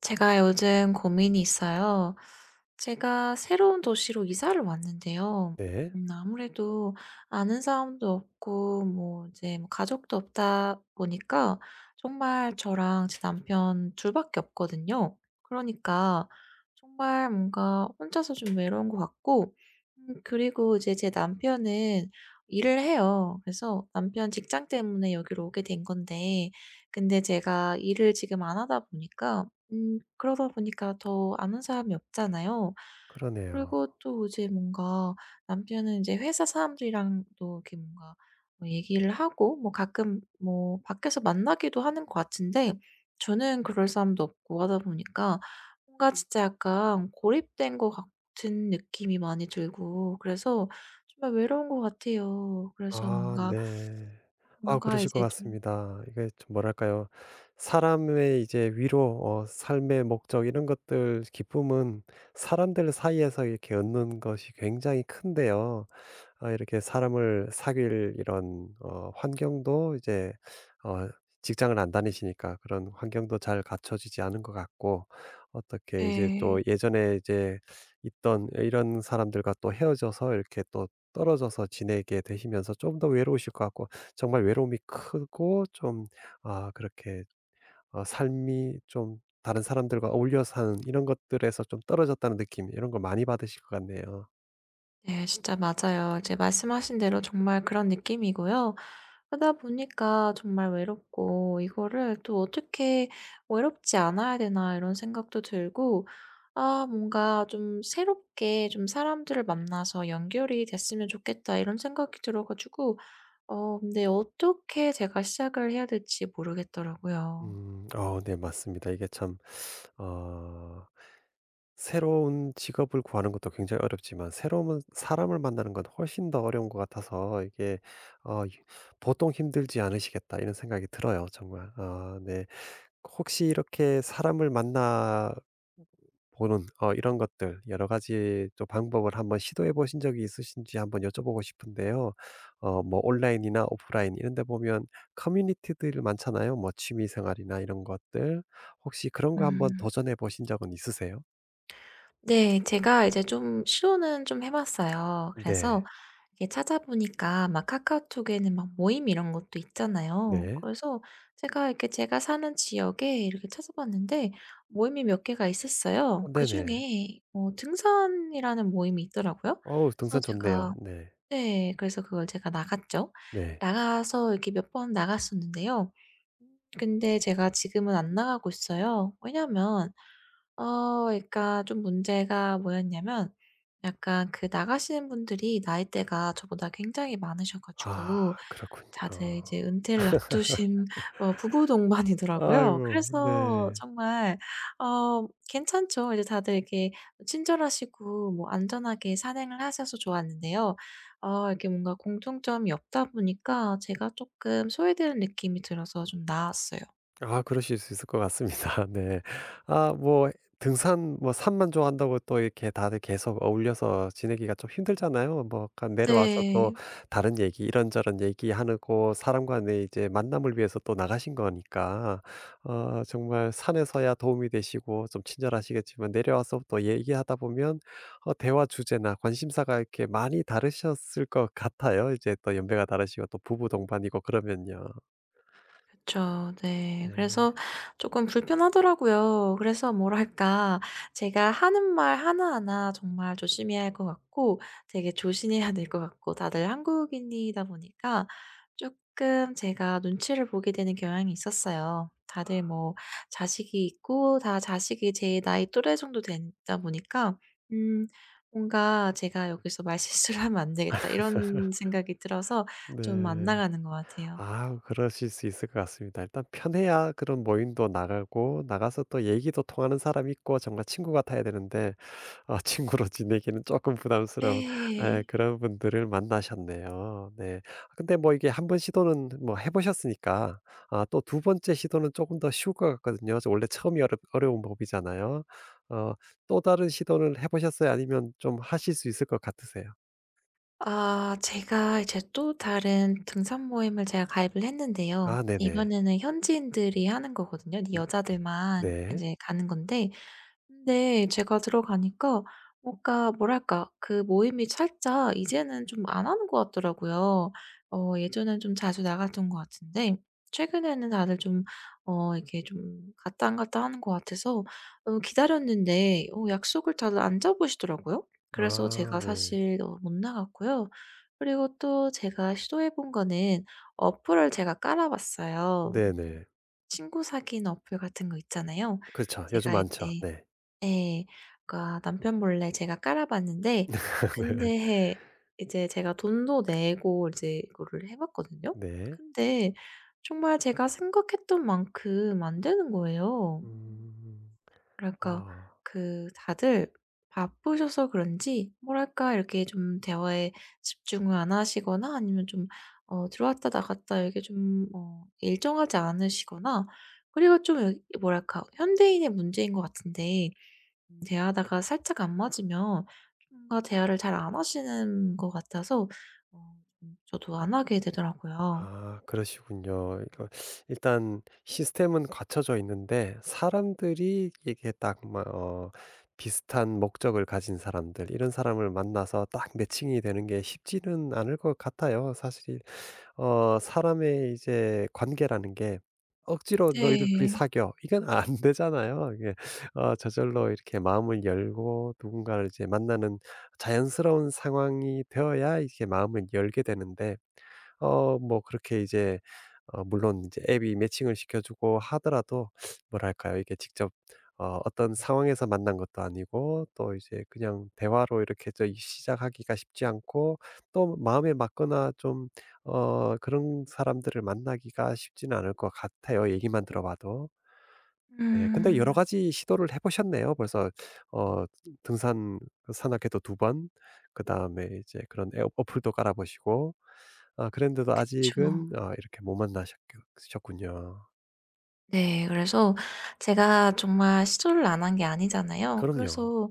제가 요즘 고민이 있어요. 제가 새로운 도시로 이사를 왔는데요. 네. 아무래도 아는 사람도 없고, 뭐, 이제 뭐 가족도 없다 보니까 정말 저랑 제 남편 둘밖에 없거든요. 그러니까 정말 뭔가 혼자서 좀 외로운 것 같고, 그리고 이제 제 남편은 일을 해요. 그래서 남편 직장 때문에 여기로 오게 된 건데, 근데 제가 일을 지금 안 하다 보니까, 그러다 보니까 더 아는 사람이 없잖아요. 그러네요. 그리고 또 이제 뭔가, 남편은 이제 회사 사람들이랑도 이렇게 뭔가 뭐 얘기를 하고 뭐 가끔 뭐 밖에서 만나기도 하는 것 같은데, 저는 그럴 사람도 없고 하다 보니까 뭔가 진짜 약간 고립된 것 같은 느낌이 많이 들고, 그래서 정말 외로운 것 같아요. 그래서 아 뭔가, 네. 아 그러실 것 이제 좀 같습니다. 이게 좀 뭐랄까요. 사람의 이제 위로 삶의 목적 이런 것들, 기쁨은 사람들 사이에서 이렇게 얻는 것이 굉장히 큰데요. 아, 이렇게 사람을 사귈 이런 환경도 이제 어 직장을 안 다니시니까 그런 환경도 잘 갖춰지지 않은 것 같고, 어떻게 이제 또 네 예전에 이제 있던 이런 사람들과 또 헤어져서 이렇게 또 떨어져서 지내게 되시면서 좀 더 외로우실 것 같고, 정말 외로움이 크고 좀 아 그렇게 삶이 좀 다른 사람들과 어울려 사는 이런 것들에서 좀 떨어졌다는 느낌, 이런 걸 많이 받으실 것 같네요. 네, 진짜 맞아요. 이제 말씀하신 대로 정말 그런 느낌이고요. 그러다 보니까 정말 외롭고, 이거를 또 '어떻게 외롭지 않아야 되나.' 이런 생각도 들고, 아 뭔가 좀 새롭게 좀 '사람들을 만나서 연결이 됐으면 좋겠다.' 이런 생각이 들어 가지고, 근데 어떻게 제가 시작을 해야 될지 모르겠더라고요. 음. 어, 네, 맞습니다. 이게 참 어 새로운 직업을 구하는 것도 굉장히 어렵지만 새로운 사람을 만나는 건 훨씬 더 어려운 것 같아서, 이게 어 이 '보통 힘들지 않으시겠다.' 이런 생각이 들어요, 정말. 아 네. 혹시 이렇게 사람을 만나 보는 이런 것들, 여러 가지 또 방법을 한번 시도해 보신 적이 있으신지 한번 여쭤보고 싶은데요. 뭐, 온라인이나 오프라인 이런 데 보면 커뮤니티들 많잖아요. 뭐 취미 생활이나 이런 것들. 혹시 그런 거 한번 음. 도전해 보신 적은 있으세요? 네. 제가 이제 좀 시도는 좀 해 봤어요. 네. 그래서 이게 찾아보니까 막 카카오톡에는 막 모임 이런 것도 있잖아요. 네. 그래서 제가, 이렇게 제가 사는 지역에 이렇게 찾아봤는데 모임이 몇 개가 어, 있었어요. 네네. 그중에 등산이라는 모임이 있더라고요. 어우, 그래서 등산 좋네요. 제가, 네. 네, 그래서 그걸 제가 나갔죠. 네. 나가서 이렇게 몇 번 나갔었는데요. 근데 제가 지금은 안 나가고 있어요. 왜냐면, 그러니까 좀 문제가 뭐였냐면, 약간 그 나가시는 분들이 나이대가 저보다 굉장히 많으셔 아 가지고, 다들 그렇군요. 이제 은퇴를 앞두신 부부 동반이더라고요. 아이고, 그래서 네. 정말, 괜찮죠. 이제 다들 이렇게 친절하시고 뭐 안전하게 산행을 하셔서 좋았는데요. 이렇게 뭔가 공통점이 없다 보니까 제가 조금 소외되는 느낌이 들어서 좀 나았어요. 아, 그러실 수 있을 것 같습니다. 네. 아, 뭐 등산 뭐 산만 좋아한다고 또 이렇게 다들 계속 어울려서 지내기가 좀 힘들잖아요. 뭐 약간 내려와서 또 네. 다른 얘기 이런저런 얘기하고 사람 간의 이제 만남을 위해서 또 나가신 거니까, 정말 산에서야 도움이 되시고 좀 친절하시겠지만 내려와서 또 얘기하다 보면 대화 주제나 관심사가 이렇게 많이 다르셨을 것 같아요. 이제 또 연배가 다르시고 또 부부 동반이고 그러면요. 그쵸. 네. 예. 그래서 조금 불편하더라고요. 그래서 뭐랄까, 제가 하는 말 하나하나 정말 조심해야 할 것 같고, 되게 조심해야 될 것 같고, 다들 한국인이다 보니까 조금 제가 눈치를 보게 되는 경향이 있었어요. 다들 뭐 자식이 있고, 다 자식이 제 나이 또래 정도 되다 보니까, 음 뭔가 '제가 여기서 말실수를 하면 안 되겠다.' 이런 생각이 들어서 좀 안 네. 나가는 것 같아요. 아, 그러실 수 있을 것 같습니다. 일단 편해야 그런 모임도 나가고, 나가서 또 얘기도 통하는 사람이 있고 정말 친구 같아야 되는데 친구로 지내기는 조금 부담스러운, 네. 그런 분들을 만나셨네요. 네. 아, 근데 뭐 이게 한 번 시도는 뭐 해 보셨으니까 아 또 두 번째 시도는 조금 더 쉬울 것 같거든요. 저 원래 처음이 어렵 어려운 법이잖아요. 어 또 다른 시도는 해 보셨어요? 아니면 좀 하실 수 있을 것 같으세요? 아 제가 이제 또 다른 등산 모임을 제가 가입을 했는데요. 아 네네. 이번에는 현지인들이 하는 거거든요. 음 여자들만 이 네. 제 가는 건데, 근데 제가 들어가니까 뭔가 뭐랄까, 그 모임이 살짝 이제는 좀 안 하는 것 같더라고요. 예전엔 좀 자주 나갔던 것 같은데, 최근에는 다들 좀, 이렇게 좀 갔다 안 갔다 하는 것 같아서, 기다렸는데, 약속을 다들 안 잡으시더라고요. 그래서 아 제가 네. 사실, 못 나갔고요. 그리고 또 제가 시도해 본 거는, 어플을 제가 깔아 봤어요. 네네. 친구 사귄 어플 같은 거 있잖아요. 그렇죠. 요즘 제가 많죠. 이제, 네. 네, 그러니까 남편 몰래 제가 깔아 봤는데, 근데 이제 제가 돈도 내고 이제 이거를 해 봤거든요. 네. 네. 근데 정말 제가 생각했던 만큼 안 되는 거예요. 음. 뭐랄까, 아. 그 다들 바쁘셔서 그런지, 뭐랄까 이렇게 좀 대화에 집중을 안 하시거나, 아니면 좀, 들어왔다 나갔다 이렇게 좀 일정하지 않으시거나, 그리고 좀, 여 뭐랄까, 현대인의 문제인 것 같은데, 대화하다가 살짝 안 맞으면 뭔가 대화를 잘 안 하시는 것 같아서, 좀 저도 안 하게 되더라고요. 아, 그러시군요. 이거, 일단 시스템은 갖춰져 있는데 사람들이 이게 딱 막 비슷한 목적을 가진 사람들, 이런 사람을 만나서 딱 매칭이 되는 게 쉽지는 않을 것 같아요 사실. 사람의 이제 관계라는 게 억지로 "너희들 둘이 네. 사겨." 이건 안 되잖아요. 이게 저절로 이렇게 마음을 열고 누군가를 이제 만나는 자연스러운 상황이 되어야 이렇게 마음을 열게 되는데, 뭐 그렇게 이제 물론 이제 앱이 매칭을 시켜 주고 하더라도 뭐랄까요? 이게 직접 어떤 상황에서 만난 것도 아니고 또 이제 그냥 대화로 이렇게 저 시작하기가 쉽지 않고, 또 마음에 맞거나 좀 그런 사람들을 만나기가 쉽지는 않을 것 같아요, 얘기만 들어 봐도. 예. 근데 여러 음 가지 시도를 해 보셨네요, 벌써. 어 등산 그 산악회도 두번, 그다음에 이제 그런 앱 어플도 깔아 보시고, 아 그랬는데도 그쵸. 아직은, 아, 이렇게 못 만나 셨군요. 네. 그래서 제가 정말 시도를 안 한 게 아니잖아요. 그럼요. 그래서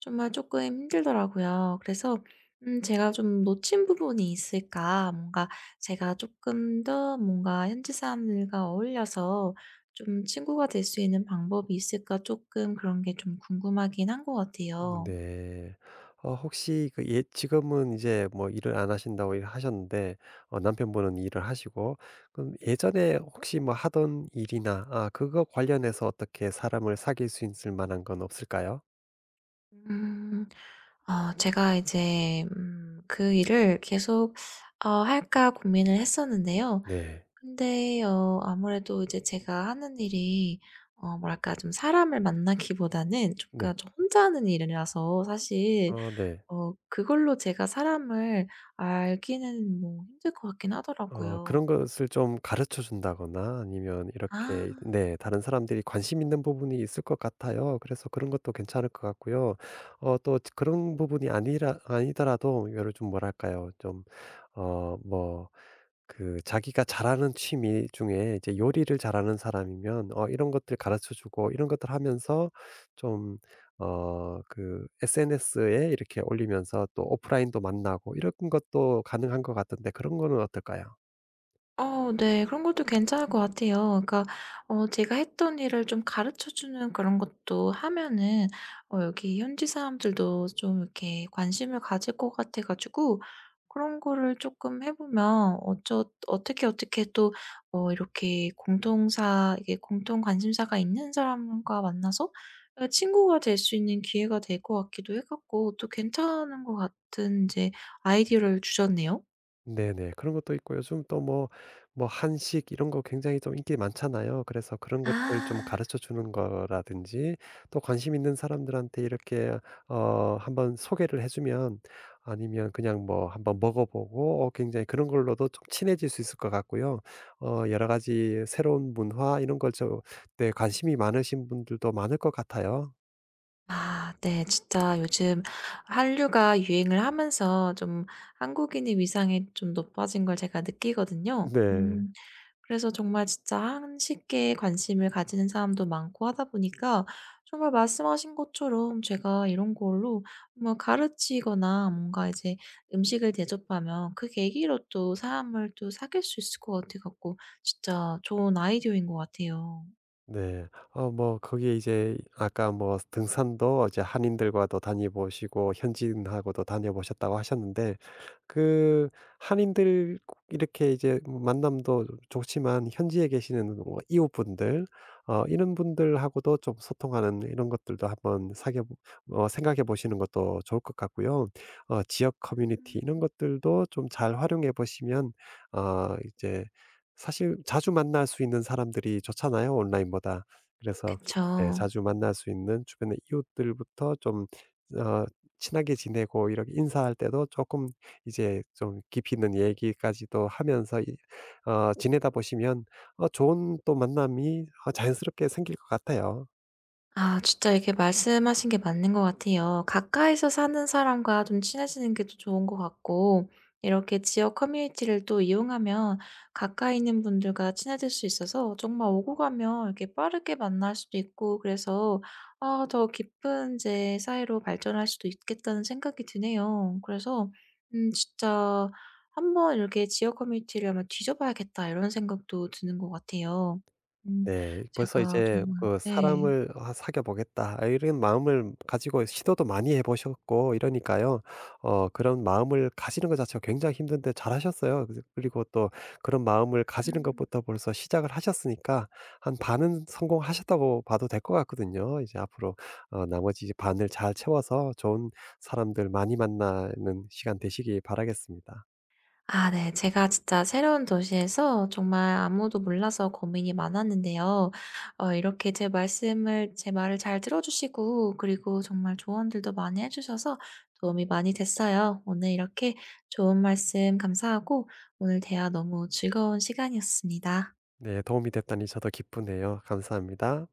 정말 조금 힘들더라고요. 그래서 제가 좀 놓친 부분이 있을까, 뭔가 제가 조금 더 뭔가 현지 사람들과 어울려서 좀 친구가 될 수 있는 방법이 있을까, 조금 그런 게 좀 궁금하긴 한 것 같아요. 네. 혹시 그 예 지금은 이제 뭐 일을 안 하신다고 이 하셨는데 남편분은 일을 하시고, 그럼 예전에 혹시 뭐 하던 일이나 아 그거 관련해서 어떻게 사람을 사귈 수 있을 만한 건 없을까요? 음. 제가 이제, 그 일을 계속 할까 고민을 했었는데요. 네. 근데 아무래도 이제 제가 하는 일이, 뭐랄까, 좀 사람을 만나기보다는 좀, 네. 그러니까 저 혼자 하는 일이라서 사실, 어, 네. 그걸로 제가 사람을 알기는 뭐 힘들 것 같긴 그런 하더라고요. 것을 좀 가르쳐 준다거나 아니면 아. 이렇게 네 다른 사람들이 관심 있는 부분이 있을 것 같아요. 그래서 그런 것도 괜찮을 것 같고요. 또 그런 부분이 아니라 아니더라도 요를좀 뭐랄까요? 좀 뭐 그 자기가 잘하는 취미 중에 이제 요리를 잘하는 사람이면 이런 것들 가르쳐 주고 이런 것들 하면서 좀 그 SNS에 이렇게 올리면서 또 오프라인도 만나고, 이런 것도 가능한 것 같은데, 그런 거는 어떨까요? 네. 그런 것도 괜찮을 것 같아요. 그러니까, 제가 했던 일을 좀 가르쳐 주는 그런 것도 하면은, 여기 현지 사람들도 좀 이렇게 관심을 가질 것 같아 가지고, 그런 거를 조금 해 보면 어떻게 또, 이렇게 공통사 이게 공통 관심사가 있는 사람과 만나서, 친구가 될 수 있는 기회가 될 것 같기도 해 갖고, 또 괜찮은 것 같은 이제 아이디어를 주셨네요. 네네. 그런 것도 있고 요즘 또 뭐 한식 이런 거 굉장히 좀 인기 많잖아요. 그래서 그런 것들 좀 아. 가르쳐 주는 거라든지, 또 관심 있는 사람들한테 이렇게 한번 소개를 해 주면, 아니면 그냥 뭐 한번 먹어 보고 굉장히, 그런 걸로도 좀 친해질 수 있을 것 같고요. 여러 가지 새로운 문화 이런 걸 좀, 네, 관심이 많으신 분들도 많을 것 같아요. 아 네. 진짜 요즘 한류가 유행을 하면서 좀 한국인의 위상이 좀 높아진 걸 제가 느끼거든요. 네. 그래서 정말 진짜 한식에 관심을 가지는 사람도 많고 하다 보니까, 정말 말씀하신 것처럼 제가 이런 걸로 뭐 가르치거나, 뭔가 이제 음식을 대접하면 그 계기로 또 사람을 또 사귈 수 있을 것 같아 갖고, 진짜 좋은 아이디어인 것 같아요. 네. 뭐 거기에 이제 아까 뭐 등산도 이제 한인들과도 다녀보시고 현지인하고도 다녀보셨다고 하셨는데, 그 한인들 이렇게 이제 만남도 좋지만, 현지에 계시는 뭐 이웃분들 이런 분들하고도 좀 소통하는 이런 것들도 한번 사겨 어 생각해 보시는 것도 좋을 것 같고요. 지역 커뮤니티 이런 것들도 좀 잘 활용해 보시면, 이제 사실 자주 만날 수 있는 사람들이 좋잖아요, 온라인보다. 그래서, 예, 그쵸. 자주 만날 수 있는 주변의 이웃들부터 좀 어 친하게 지내고 이렇게 인사할 때도 조금 이제 좀 깊이 있는 얘기까지도 하면서 이 어 지내다 보시면 좋은 또 만남이 자연스럽게 생길 것 같아요. 아 진짜 이게 말씀하신 게 맞는 것 같아요. 가까이서 사는 사람과 좀 친해지는 게 더 좋은 것 같고, 이렇게 지역 커뮤니티를 또 이용하면 가까이 있는 분들과 친해질 수 있어서 정말 오고 가면 이렇게 빠르게 만날 수도 있고, 그래서 아 더 깊은 제 사이로 발전할 수도 있겠다는 생각이 드네요. 그래서 진짜 '한번 이렇게 지역 커뮤니티를 한번 뒤져봐야겠다.' 이런 생각도 드는 것 같아요. 음. 네. 벌써 제가 이제 정말, 그 네. '사람을 아 사귀어 보겠다.' 아, 이런 마음을 가지고 시도도 많이 해 보셨고 이러니까요. 그런 마음을 가지는 것 자체가 굉장히 힘든데 잘하셨어요. 그래서 그리고 또 그런 마음을 가지는 음. 것부터 벌써 시작을 하셨으니까 한 반은 성공하셨다고 봐도 될 것 같거든요. 이제 앞으로 나머지 반을 잘 채워서 좋은 사람들 많이 만나는 시간 되시기 바라겠습니다. 아 네. 제가 진짜 새로운 도시에서 정말 아무도 몰라서 고민이 많았는데요. 이렇게 제 말을 잘 들어 주시고, 그리고 정말 조언들도 많이 해 주셔서 도움이 많이 됐어요. 오늘 이렇게 좋은 말씀 감사하고, 오늘 대화 너무 즐거운 시간이었습니다. 네, 도움이 됐다니 저도 기쁘네요. 감사합니다.